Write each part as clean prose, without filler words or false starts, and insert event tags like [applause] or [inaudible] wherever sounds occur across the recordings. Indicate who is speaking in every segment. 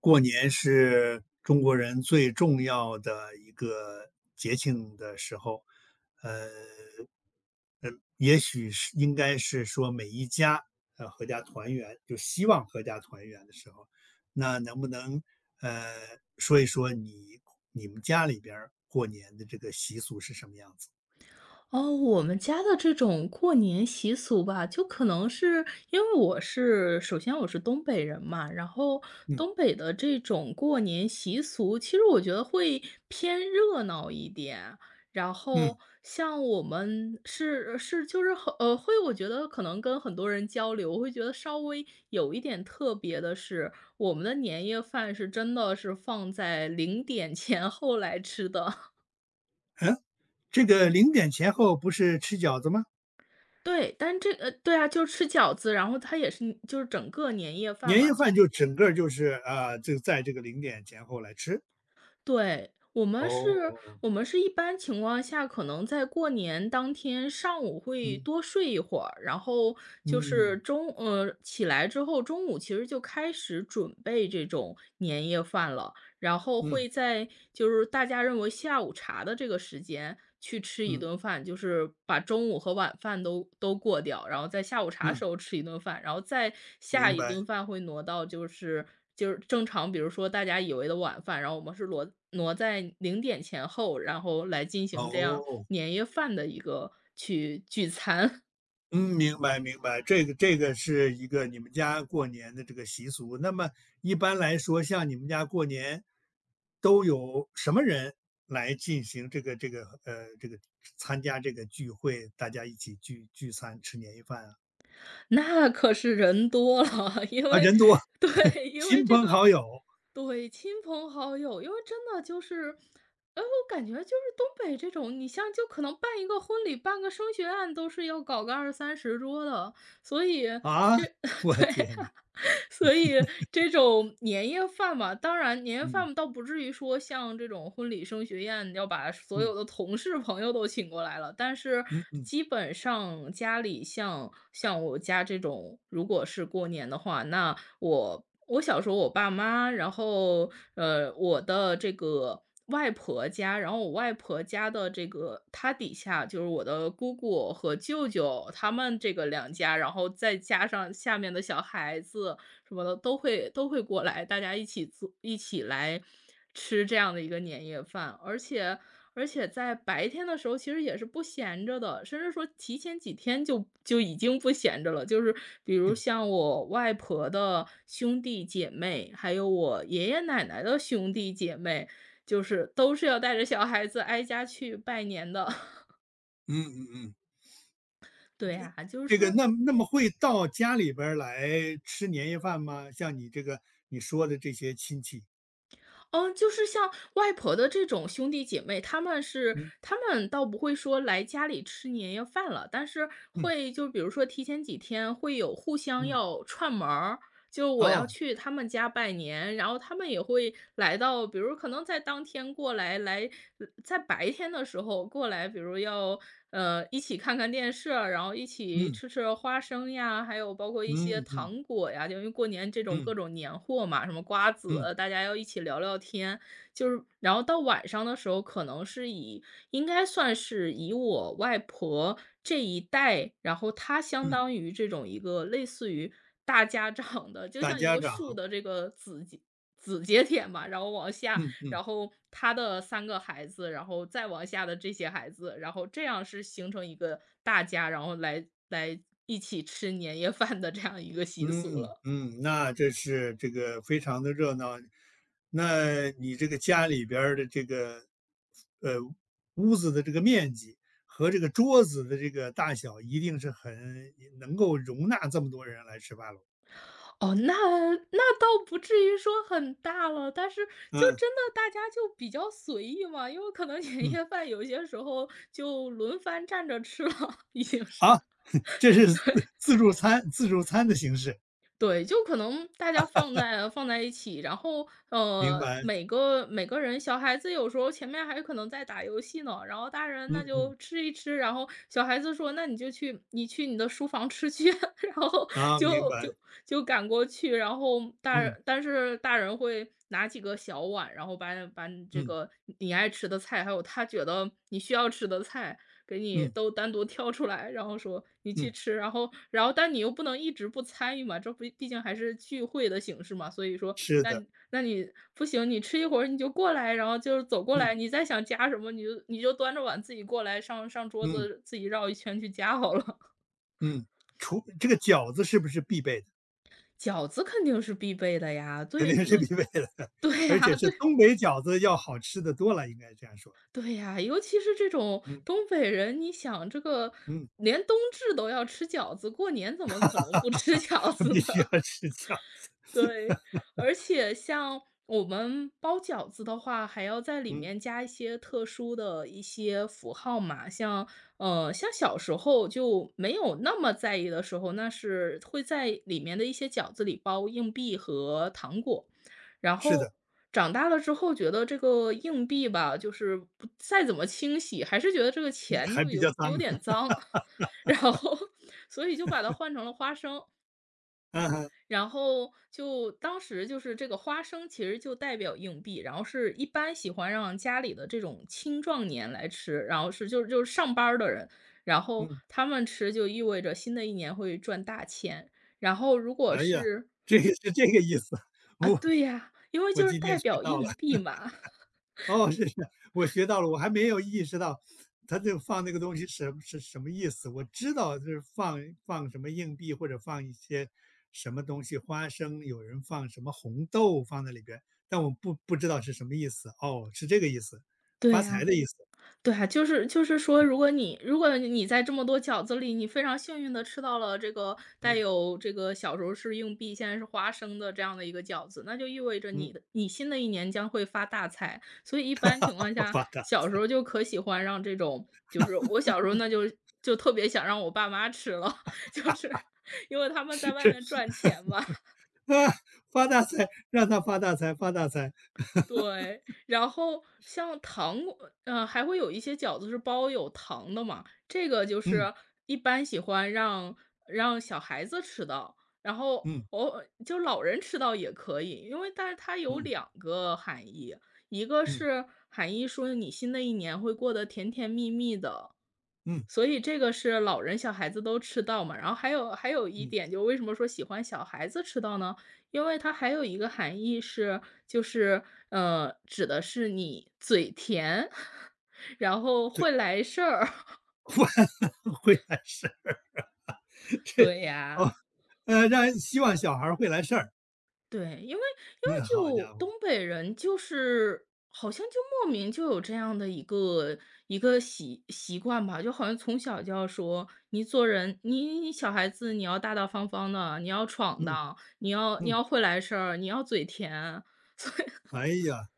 Speaker 1: 过年是中国人最重要的一个节庆的时候，呃，呃，也许是应该是说每一家合家团圆，就希望合家团圆的时候，那能不能呃说一说你们家里边儿过年的这个习俗是什么样子？
Speaker 2: 哦，我们家的这种过年习俗吧，就可能是因为我是,首先我是东北人嘛，然后
Speaker 1: 嗯
Speaker 2: 东北的这种过年习俗，其实我觉得会偏热闹一点。然
Speaker 1: 嗯
Speaker 2: 后像我们就是很会，我觉得可能跟很多人交流，我会觉得稍微有一点特别的是，我们的年夜饭是真的是放在零点前后来吃的。
Speaker 1: 嗯，这个零点前后不是吃饺子吗？
Speaker 2: 对，但这个对啊，就吃饺子，然后它也是就是整个年夜饭
Speaker 1: 年
Speaker 2: 嘛，
Speaker 1: 夜
Speaker 2: 就
Speaker 1: 饭就整个儿就是啊，就在这个零点前后来吃。
Speaker 2: 对，我们是
Speaker 1: 哦，
Speaker 2: 我们是一般情况下，可能在过年当天上午会
Speaker 1: 嗯
Speaker 2: 多睡一会儿，然后就是
Speaker 1: 嗯
Speaker 2: 起来之后，中午其实就开始准备这种年夜饭了。然后
Speaker 1: 嗯
Speaker 2: 会在就是大家认为下午茶的这个时间去吃一
Speaker 1: 嗯
Speaker 2: 顿饭，就是把中午和晚饭都过掉，然后在下午茶
Speaker 1: 嗯，
Speaker 2: 时候吃一顿饭，然后再下
Speaker 1: 明
Speaker 2: 一
Speaker 1: 白。
Speaker 2: 顿饭会挪到就是正常，比如说大家以为的晚饭，然后我们是挪在零点前后，然后来进行这样
Speaker 1: 哦，
Speaker 2: 年夜饭的一个去聚餐。
Speaker 1: 嗯，明白明白。这个是一个你们家过年的这个习俗。那么一般来说，像你们家过年都有什么人来进行这个参加这个聚会，大家一起聚餐吃年夜饭啊？
Speaker 2: 那可是人多了，因
Speaker 1: 啊，
Speaker 2: 为
Speaker 1: 人多，
Speaker 2: 对，因为
Speaker 1: 亲
Speaker 2: 这
Speaker 1: 朋
Speaker 2: 个
Speaker 1: 好友
Speaker 2: 对，亲朋好友，因为真的就是，哎，我感觉就是东北这种，你像就可能办一个婚礼，办个升学宴，都是要搞个二三十桌的，所以
Speaker 1: 啊！
Speaker 2: 这
Speaker 1: [laughs]
Speaker 2: [laughs]
Speaker 1: 我
Speaker 2: 对。
Speaker 1: 天呐，
Speaker 2: 所以这种年夜饭嘛，当然年夜
Speaker 1: 嗯
Speaker 2: 饭倒不至于说像这种婚礼升学宴要把所
Speaker 1: 嗯
Speaker 2: 有的同事朋友都请过来了，但是
Speaker 1: 嗯嗯
Speaker 2: 基本上家里像我家这种，如果是过年的话，那我小时候我爸妈，然后我的这个外婆家，然后我外婆家的这个，她底下就是我的姑姑和舅舅他们这个两家，然后再加上下面的小孩子，什么的都会过来，大家一起做一起来吃这样的一个年夜饭。而且在白天的时候其实也是不闲着的，甚至说提前几天就已经不闲着了。就是比如
Speaker 1: 嗯
Speaker 2: 像我外婆的兄弟姐妹，还有我爷爷奶奶的兄弟姐妹，就是都是要带着小孩子挨家去拜年的。[laughs]
Speaker 1: 嗯嗯嗯。
Speaker 2: 对啊，就
Speaker 1: 这个
Speaker 2: 是
Speaker 1: 那么会到家里边儿来吃年夜饭吗？像你说的这些亲戚，
Speaker 2: 嗯，就是像外婆的这种兄弟姐妹，
Speaker 1: 嗯
Speaker 2: 他们倒不会说来家里吃年夜饭了，但是
Speaker 1: 嗯
Speaker 2: 会就比如说提前几天会有互相
Speaker 1: 嗯，
Speaker 2: 要串门儿，就我要
Speaker 1: 哦，
Speaker 2: 去他们家拜年，然后他们也会来到，比如可能在当天过来，来在白天的时候过来，比如要一起看看电视啊，然后一起
Speaker 1: 嗯
Speaker 2: 吃吃花生呀，还有包括一些
Speaker 1: 嗯嗯
Speaker 2: 糖果呀，就因为过年这种
Speaker 1: 嗯
Speaker 2: 各种年货嘛，什么瓜
Speaker 1: 嗯
Speaker 2: 子，大家要一起聊聊天。就是然后到晚上的时候，可能是以应该算是以我外婆这一代，然后她相
Speaker 1: 嗯，
Speaker 2: 当于这种一个类似于大家长的，就
Speaker 1: 大
Speaker 2: 像一
Speaker 1: 家
Speaker 2: 个
Speaker 1: 长，
Speaker 2: 树的这个子节点吧，然后往下，
Speaker 1: 嗯嗯
Speaker 2: 然后她的三个孩子，然后再往下的这些孩子，然后这样是形成一个大家，然后来一起吃年夜饭的这样一个习俗
Speaker 1: 嗯
Speaker 2: 了。
Speaker 1: 嗯，那这是这个非常的热闹。那你这个家里边儿的这个呃屋子的这个面积和这个桌子的这个大小，一定是很能够容纳这么多人来吃饭了。
Speaker 2: 哦，那那倒不至于说很大了，但是就
Speaker 1: 嗯
Speaker 2: 真的大家就比较随意嘛，因为可能 [laughs] 年
Speaker 1: 嗯，
Speaker 2: 夜饭有些时候就轮番站着吃了，已经是。
Speaker 1: 好。这是自助餐的形式，
Speaker 2: 对，就可能大家放在一起，然后
Speaker 1: 明白，
Speaker 2: 每个人小孩子有时候前面还可能在打游戏呢，然后大人
Speaker 1: 嗯
Speaker 2: 那
Speaker 1: 嗯，
Speaker 2: 就吃一吃，然后小孩子说那去你的书房吃去，[laughs] 然后
Speaker 1: 啊，明
Speaker 2: 就
Speaker 1: 白，
Speaker 2: 就就赶过去，然后
Speaker 1: 嗯
Speaker 2: 大人会拿几个小碗，然后把把你这
Speaker 1: 嗯
Speaker 2: 个你爱吃的菜，还有他觉得你需要吃的菜，给你
Speaker 1: 嗯
Speaker 2: 都单独挑出来，然后说你去
Speaker 1: 嗯，
Speaker 2: 吃，然后但你又不能一直不参与嘛，这不毕竟还是聚会的形式嘛，所以说
Speaker 1: 是
Speaker 2: 那
Speaker 1: 的，
Speaker 2: 那你不行，你吃一会儿你就过来，然后就是走过
Speaker 1: 嗯
Speaker 2: 来，你再想夹什么，你就端着碗自己过来，上桌
Speaker 1: 嗯
Speaker 2: 子自己绕一圈去夹好了。
Speaker 1: 嗯。除这个饺子是不是必备的？
Speaker 2: [laughs] 饺子肯定是必备的呀，
Speaker 1: 肯
Speaker 2: 对
Speaker 1: 定是必
Speaker 2: 对
Speaker 1: 备的，[laughs]
Speaker 2: 对
Speaker 1: 而且
Speaker 2: 呀，
Speaker 1: 是
Speaker 2: 对
Speaker 1: 东北饺子要好吃的多了，应该这样说，
Speaker 2: 对呀，尤其是这种
Speaker 1: 嗯
Speaker 2: 东北人，你想这个
Speaker 1: 嗯，
Speaker 2: 连冬至都要吃饺子，过年怎么可能不吃 [laughs] 饺
Speaker 1: [laughs]
Speaker 2: 子
Speaker 1: 必须要
Speaker 2: 呢？
Speaker 1: 吃饺子
Speaker 2: 对，而且像我们包饺子的话，还要在里
Speaker 1: 嗯，
Speaker 2: 面加一些特殊的一些符号嘛，像像小时候就没有那么在意的时候，那是会在里面的一些饺子里包硬币和糖果。然
Speaker 1: 是的，
Speaker 2: 后长大了之后，觉得这个硬币吧，就是不再怎么清洗，还是觉得这个钱
Speaker 1: 还
Speaker 2: 就
Speaker 1: 比较
Speaker 2: 有
Speaker 1: 脏，
Speaker 2: 有点
Speaker 1: [laughs]
Speaker 2: 脏，[laughs] 然后所以就把它换成了花生。
Speaker 1: 嗯
Speaker 2: 然后就当时就是这个花生其实就代表硬币，然后是一般喜欢让家里的这种青壮年来吃，然后是就是上班儿的人，然后
Speaker 1: 嗯，
Speaker 2: 他们吃就意味着新的一年会赚大钱。然后如果
Speaker 1: 哎呀，
Speaker 2: 是
Speaker 1: 这个是这个意思，[laughs]
Speaker 2: 啊，
Speaker 1: 我
Speaker 2: 对呀，因为
Speaker 1: 我
Speaker 2: 就是
Speaker 1: 今天
Speaker 2: 代
Speaker 1: 学
Speaker 2: 表
Speaker 1: 到了。
Speaker 2: 硬币嘛，
Speaker 1: 哦，是是，我学到了，我还没有意识到他这个放那个东西什么意思。我知道就是放什么硬币或者放一些什么东西，花生，有人放什么红豆放在里边，但我不知道是什么意思。哦，是这个意思，
Speaker 2: [laughs] 对
Speaker 1: 发财
Speaker 2: 呀。
Speaker 1: 的意思。
Speaker 2: 对啊，就是说，如果你在这么多饺子里，你非常幸运的吃到了这个带
Speaker 1: 嗯
Speaker 2: 有这个小时候是硬币，现在是花生的这样的一个饺子，那就意味着你
Speaker 1: 嗯，
Speaker 2: 的你新的一年将会发大财。所以一般情况
Speaker 1: [laughs]
Speaker 2: 下，
Speaker 1: 发大
Speaker 2: 小时候就可喜欢让这种就是我小时候那就就特别想让我爸妈吃了，[laughs] 就是因为他们在外
Speaker 1: 这
Speaker 2: 面赚钱嘛。
Speaker 1: 啊，发大财，让他发大财，发大财。
Speaker 2: 对，然后像糖果，还会有一些饺子是包有糖的嘛，这个就
Speaker 1: 嗯
Speaker 2: 是一般喜欢让小孩子吃到，然后
Speaker 1: 嗯
Speaker 2: 哦，就老人吃到也可以，因为但是它有
Speaker 1: 嗯
Speaker 2: 两个含义，一个
Speaker 1: 嗯
Speaker 2: 是含义说你新的一年会过得甜甜蜜蜜的，
Speaker 1: 嗯
Speaker 2: 所以这个是老人小孩子都吃到嘛。然后还有一
Speaker 1: 嗯，
Speaker 2: 点，就为什么说喜欢小孩子吃到呢？因为它还有一个含义是，就是指的是你嘴甜，[laughs] 然后
Speaker 1: 对，
Speaker 2: 会来事儿。[laughs]
Speaker 1: [laughs] 会会来事儿，这
Speaker 2: 对
Speaker 1: 哦，
Speaker 2: 呀。
Speaker 1: 希望小孩儿会来事儿。
Speaker 2: 对，因为因
Speaker 1: [laughs]
Speaker 2: 为
Speaker 1: 那好
Speaker 2: 就
Speaker 1: 家伙，
Speaker 2: 东北人，就是好像就莫名就有这样的一个习惯吧，就好像从小就要说，你做人，你小孩子你要大大方方的，你要闯
Speaker 1: 嗯
Speaker 2: 荡，你要你
Speaker 1: 嗯，
Speaker 2: 要会来事儿，你要嘴甜，
Speaker 1: 哎呀，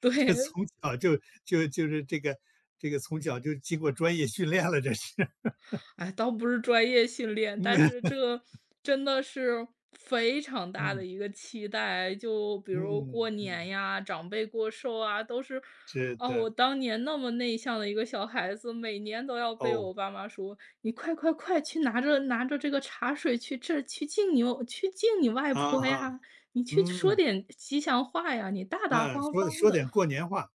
Speaker 2: [laughs]
Speaker 1: 这
Speaker 2: 对，
Speaker 1: 从小就就是这个就经过专业训练了，这是，[laughs]
Speaker 2: 哎，倒不是专业训练，但是
Speaker 1: 嗯
Speaker 2: 这真的是非常大
Speaker 1: 嗯
Speaker 2: 的一个期待。就比如过
Speaker 1: 嗯
Speaker 2: 年
Speaker 1: 嗯，
Speaker 2: 呀，长辈过寿啊，都是
Speaker 1: 是
Speaker 2: 哦，
Speaker 1: 的，
Speaker 2: 我当年那么内向的一个小孩子，每年都要被
Speaker 1: 哦，
Speaker 2: 我爸妈说：“你快快快，去拿着这个茶水去这儿去敬你外
Speaker 1: 啊
Speaker 2: 婆
Speaker 1: 哈，
Speaker 2: 呀，你去说
Speaker 1: 嗯
Speaker 2: 点吉祥话呀，你大大
Speaker 1: 嗯，
Speaker 2: 方
Speaker 1: 说
Speaker 2: 方
Speaker 1: 说点
Speaker 2: 的。”
Speaker 1: 过年话，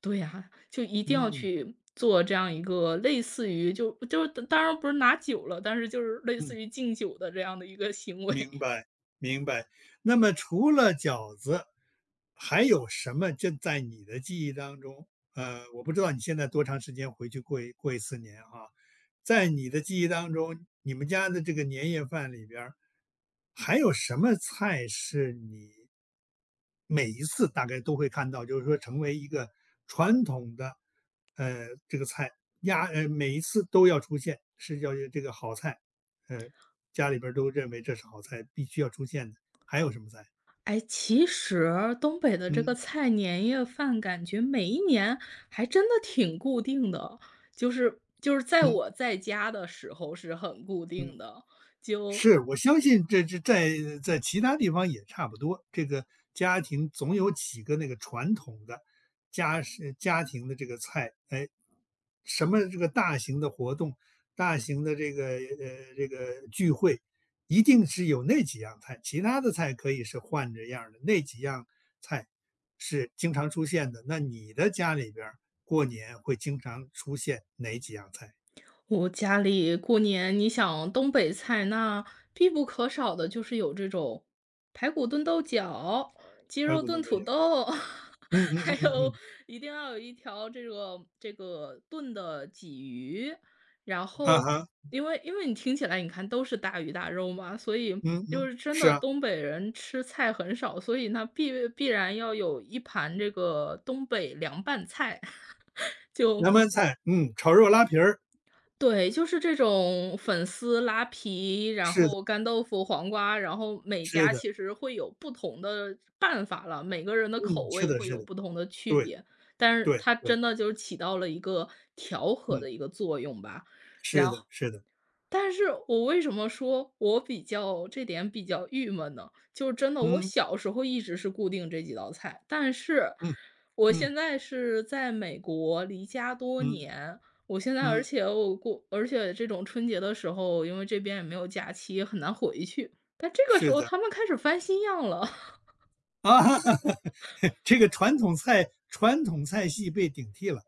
Speaker 2: 对呀，就一定要
Speaker 1: 嗯
Speaker 2: 去做这样一个类似于就就当然不是拿酒了，但是就是类
Speaker 1: 嗯。
Speaker 2: 似于敬酒的这样的一个行
Speaker 1: 明
Speaker 2: 为。
Speaker 1: 白，明白。那么除了饺子，还有什么就在你的记忆当中？我不知道你现在多长时间回去过一次年啊，在你的记忆当中，你们家的这个年夜饭里边儿还有什么菜是你每一次大概都会看到，就是说成为一个传统的，这个菜鸭，每一次都要出现，是叫这个好菜，呃，家里边儿都认为这是好菜，必须要出现的。还有什么菜？
Speaker 2: [laughs] 哎，其实东北的这个
Speaker 1: 嗯
Speaker 2: 菜年夜饭感觉每一年还真的挺固定的，就是在
Speaker 1: 嗯
Speaker 2: 我在家的时候是很固定
Speaker 1: 嗯，
Speaker 2: 的，就
Speaker 1: 是我相信这在其他地方也差不多，这个家庭总有几个那个传统的家庭的这个菜，哎，什么这个大型的活动、大型的这个聚会，一定是有那几样菜，其他的菜可以是换着样儿的，那几样菜是经常出现的。那你的家里边儿过年会经常出现哪几样菜？
Speaker 2: 我家里过年，你想东北菜，那必不可少的就是有这种排骨炖豆角、鸡
Speaker 1: 排
Speaker 2: 肉
Speaker 1: 骨
Speaker 2: 炖
Speaker 1: 炖豆
Speaker 2: 土
Speaker 1: 角，
Speaker 2: 豆，[laughs]
Speaker 1: 嗯嗯
Speaker 2: 还
Speaker 1: 嗯嗯
Speaker 2: 有
Speaker 1: 嗯，
Speaker 2: 一定要有一条这个这个炖的鲫鱼。然
Speaker 1: 啊
Speaker 2: 后，
Speaker 1: 哈，
Speaker 2: 因为你听起来，你看都是大鱼大肉嘛，所以
Speaker 1: 嗯
Speaker 2: 就
Speaker 1: 嗯，
Speaker 2: 是真
Speaker 1: 是
Speaker 2: 的
Speaker 1: 啊，
Speaker 2: 东北人吃菜很少，所以那必然要有一盘这个东北凉拌菜，[laughs] 就
Speaker 1: 凉拌菜，嗯，炒肉拉皮儿，
Speaker 2: 对，就是这种粉丝、拉皮，然
Speaker 1: 是的，
Speaker 2: 后干豆腐、黄瓜，然后每
Speaker 1: 是
Speaker 2: 家
Speaker 1: 的，
Speaker 2: 其实会有不同的办法了，每个人的口
Speaker 1: 嗯，是
Speaker 2: 味
Speaker 1: 的，
Speaker 2: 会
Speaker 1: 是
Speaker 2: 有
Speaker 1: 的，
Speaker 2: 不同的区
Speaker 1: 对
Speaker 2: 别，但是
Speaker 1: 对
Speaker 2: 它
Speaker 1: 对，
Speaker 2: 真的就是起到了一个调和
Speaker 1: 嗯，
Speaker 2: 的一个作用吧。
Speaker 1: 是
Speaker 2: 然
Speaker 1: 的，
Speaker 2: 后。
Speaker 1: 是的，
Speaker 2: 但是我为什么说我比较这点比较郁闷呢？就真的我
Speaker 1: 嗯
Speaker 2: 小时候一直是固定这几道菜，但是
Speaker 1: 嗯
Speaker 2: 我
Speaker 1: 嗯
Speaker 2: 现在是在美国离家多
Speaker 1: 嗯
Speaker 2: 年，我现在而
Speaker 1: 嗯。
Speaker 2: 且我过而且这种春节的时候，因为这边也没有假期，很难回去。但这个时
Speaker 1: 是
Speaker 2: 候
Speaker 1: 的，
Speaker 2: 他们开始翻新样了。
Speaker 1: 啊，[laughs] 这个传统菜系被顶替了，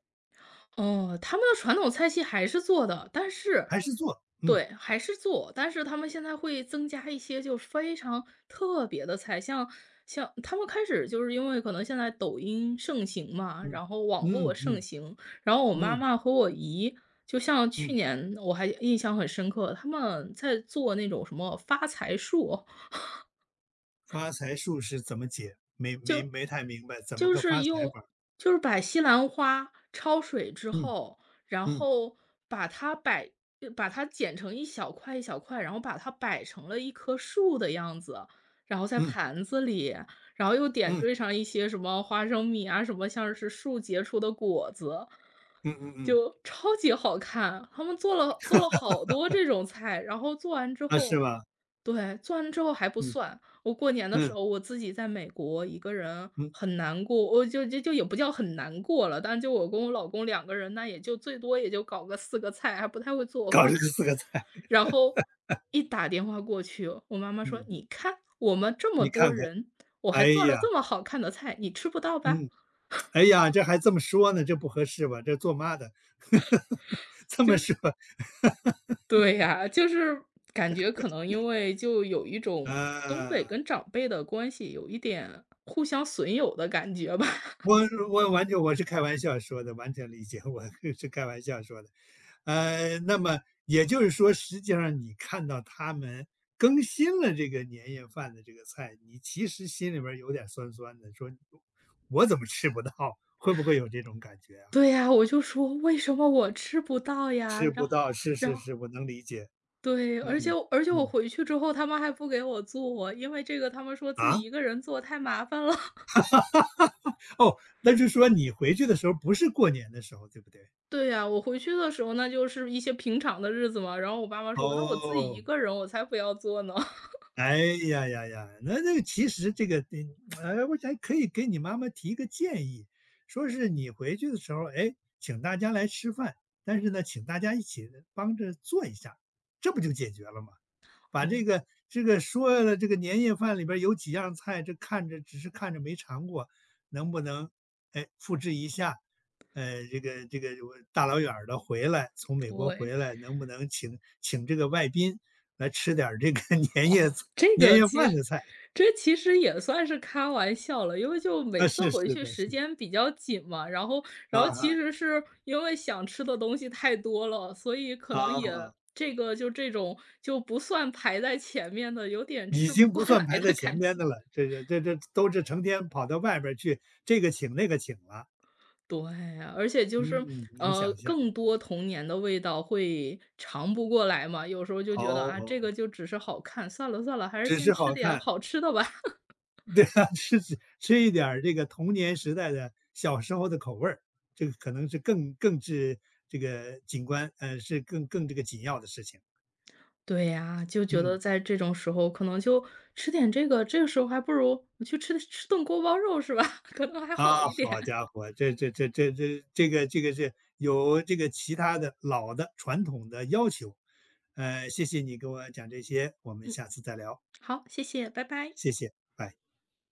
Speaker 2: 哦，他们的传统菜系还是做的，但是
Speaker 1: 还是做，嗯，
Speaker 2: 对，还是做，但是他们现在会增加一些就是非常特别的菜，像他们开始就是因为可能现在抖音盛行嘛，
Speaker 1: 嗯，
Speaker 2: 然后网
Speaker 1: 嗯
Speaker 2: 络盛
Speaker 1: 嗯
Speaker 2: 行，然后我妈
Speaker 1: 嗯
Speaker 2: 妈和我姨，就像去
Speaker 1: 嗯，
Speaker 2: 年我还印象很深刻，他们在做那种什么发财树，
Speaker 1: 发财树是怎么解？没太明白，怎么
Speaker 2: 就
Speaker 1: 个
Speaker 2: 是
Speaker 1: 发财法儿
Speaker 2: 把西兰花焯水之
Speaker 1: 嗯
Speaker 2: 后，然
Speaker 1: 嗯
Speaker 2: 后把它摆把它剪成一小块一小块，然后把它摆成了一棵树的样子，然后在
Speaker 1: 嗯
Speaker 2: 盘子里，然后又点
Speaker 1: 嗯
Speaker 2: 缀上一些什么花生米啊，什么像是树结出的果子，
Speaker 1: 嗯嗯嗯，
Speaker 2: 就超级好看。他们做了好多这种菜，然后做完之
Speaker 1: 啊，是
Speaker 2: 后
Speaker 1: 吧？
Speaker 2: 对，做完之后还不
Speaker 1: 嗯
Speaker 2: 算。我过年的时
Speaker 1: 嗯
Speaker 2: 候我自己在美国一个人
Speaker 1: 嗯，
Speaker 2: 很难过，我就就就也不叫很难过了，但就我跟我老公两个人，那也就最多也就搞个四个菜，还不太会做
Speaker 1: 搞这个
Speaker 2: 饭。
Speaker 1: 四个菜，
Speaker 2: 然后一打电话过去，我妈妈说：
Speaker 1: 嗯，
Speaker 2: “你看我们这么
Speaker 1: 你
Speaker 2: 多
Speaker 1: 看看，
Speaker 2: 人，我还
Speaker 1: 哎
Speaker 2: 做了
Speaker 1: 呀，
Speaker 2: 这么好看的菜，你吃不到吧？”
Speaker 1: 嗯，哎呀，这还这么说呢，这不合适吧？这做妈的，[laughs] 这么说，
Speaker 2: 对呀，就是感觉可能因为就有一种东北
Speaker 1: 啊。
Speaker 2: 跟长辈的关系有一点互相损友的感觉吧。
Speaker 1: 我我完全我是开玩笑说的，完全理解，我 [laughs] 是开玩笑说的。那么也就是说，实际上你看到他们更新了这个年夜饭的这个菜，你其实心里边儿有点酸酸的，说我怎么吃不到？会不会有这种感觉啊？
Speaker 2: 对呀，我就说为什么我吃不到呀？
Speaker 1: 吃不
Speaker 2: 然后
Speaker 1: 到，是
Speaker 2: 然
Speaker 1: 是
Speaker 2: 后
Speaker 1: 是，我能理解。
Speaker 2: 对，而且
Speaker 1: 嗯
Speaker 2: 而且我
Speaker 1: 嗯
Speaker 2: 回去之后，他们还不给我做，因为这个他们说自己
Speaker 1: 啊，
Speaker 2: 一个人做太麻烦了。[laughs]
Speaker 1: 哦，那就说你回去的时候不是过年的时候，对不对？
Speaker 2: 对呀，我回去的时候那就是一些平常的日子嘛，然后我爸妈说：“那我自己
Speaker 1: 哦，
Speaker 2: 一个人我才不要做呢。[laughs]”
Speaker 1: 哎呀呀呀，那个其实这个，哎，我想可以给你妈妈提一个建议，说是你回去的时候，哎，请大家来吃饭，但是呢，请大家一起帮着做一下，这不就解决了吗？把这
Speaker 2: 哦，
Speaker 1: 个这个说了，这个年夜饭里边儿有几样菜，这看着只是看着没尝过，能不能哎复制一下？这个我大老远儿的回来，从美国
Speaker 2: 对。
Speaker 1: 回来，能不能请这个外宾来吃点儿这个 [laughs] 年夜
Speaker 2: 哦，
Speaker 1: 菜
Speaker 2: 这
Speaker 1: 年
Speaker 2: 个
Speaker 1: 夜
Speaker 2: 其
Speaker 1: 饭
Speaker 2: 实
Speaker 1: 的菜？
Speaker 2: 这其实也算是开玩笑了，因为就每
Speaker 1: 啊，
Speaker 2: 次
Speaker 1: 是
Speaker 2: 回
Speaker 1: 是
Speaker 2: 去
Speaker 1: 的，是
Speaker 2: 时
Speaker 1: 的，
Speaker 2: 间比较紧嘛，然后然
Speaker 1: 啊
Speaker 2: 后其
Speaker 1: 哈，
Speaker 2: 实是因为想吃的东西太多了，所以可能
Speaker 1: 啊，
Speaker 2: 也
Speaker 1: 好，
Speaker 2: 这个就这种就不算排在前面的，有点
Speaker 1: 已
Speaker 2: 吃不
Speaker 1: 经
Speaker 2: 过
Speaker 1: 不算
Speaker 2: 来
Speaker 1: 排在
Speaker 2: 的
Speaker 1: 前
Speaker 2: 感
Speaker 1: 边的
Speaker 2: 觉。
Speaker 1: 了，
Speaker 2: [laughs]
Speaker 1: 这都是成天跑到外边儿去，这个请那个请了，
Speaker 2: 对，而且就
Speaker 1: 嗯
Speaker 2: 是，
Speaker 1: 嗯，能想象，
Speaker 2: 更多童年的味道会尝不过来嘛，有时候就
Speaker 1: 哦
Speaker 2: 觉得啊，这
Speaker 1: 哦，
Speaker 2: 个就只是好看，算了算了，还是
Speaker 1: 只是
Speaker 2: 先吃
Speaker 1: 好
Speaker 2: 点
Speaker 1: 看。
Speaker 2: 好吃的吧。
Speaker 1: 对啊，吃一点儿这个童年时代的小时候的口味儿，这个可能是更是这个景观，是更这个紧要的事情。
Speaker 2: 对呀，就觉
Speaker 1: 嗯，
Speaker 2: 得在这种时候可能就吃点这个，这个时候还不如我去吃顿锅包肉是吧？[laughs] 可能还好
Speaker 1: 啊，
Speaker 2: 一
Speaker 1: 好
Speaker 2: 点。
Speaker 1: 家伙，这个是有这个其他的老的传统的要求，谢谢你给我讲这些，我们下次再聊，
Speaker 2: 好，谢谢，拜拜。
Speaker 1: 谢谢，拜。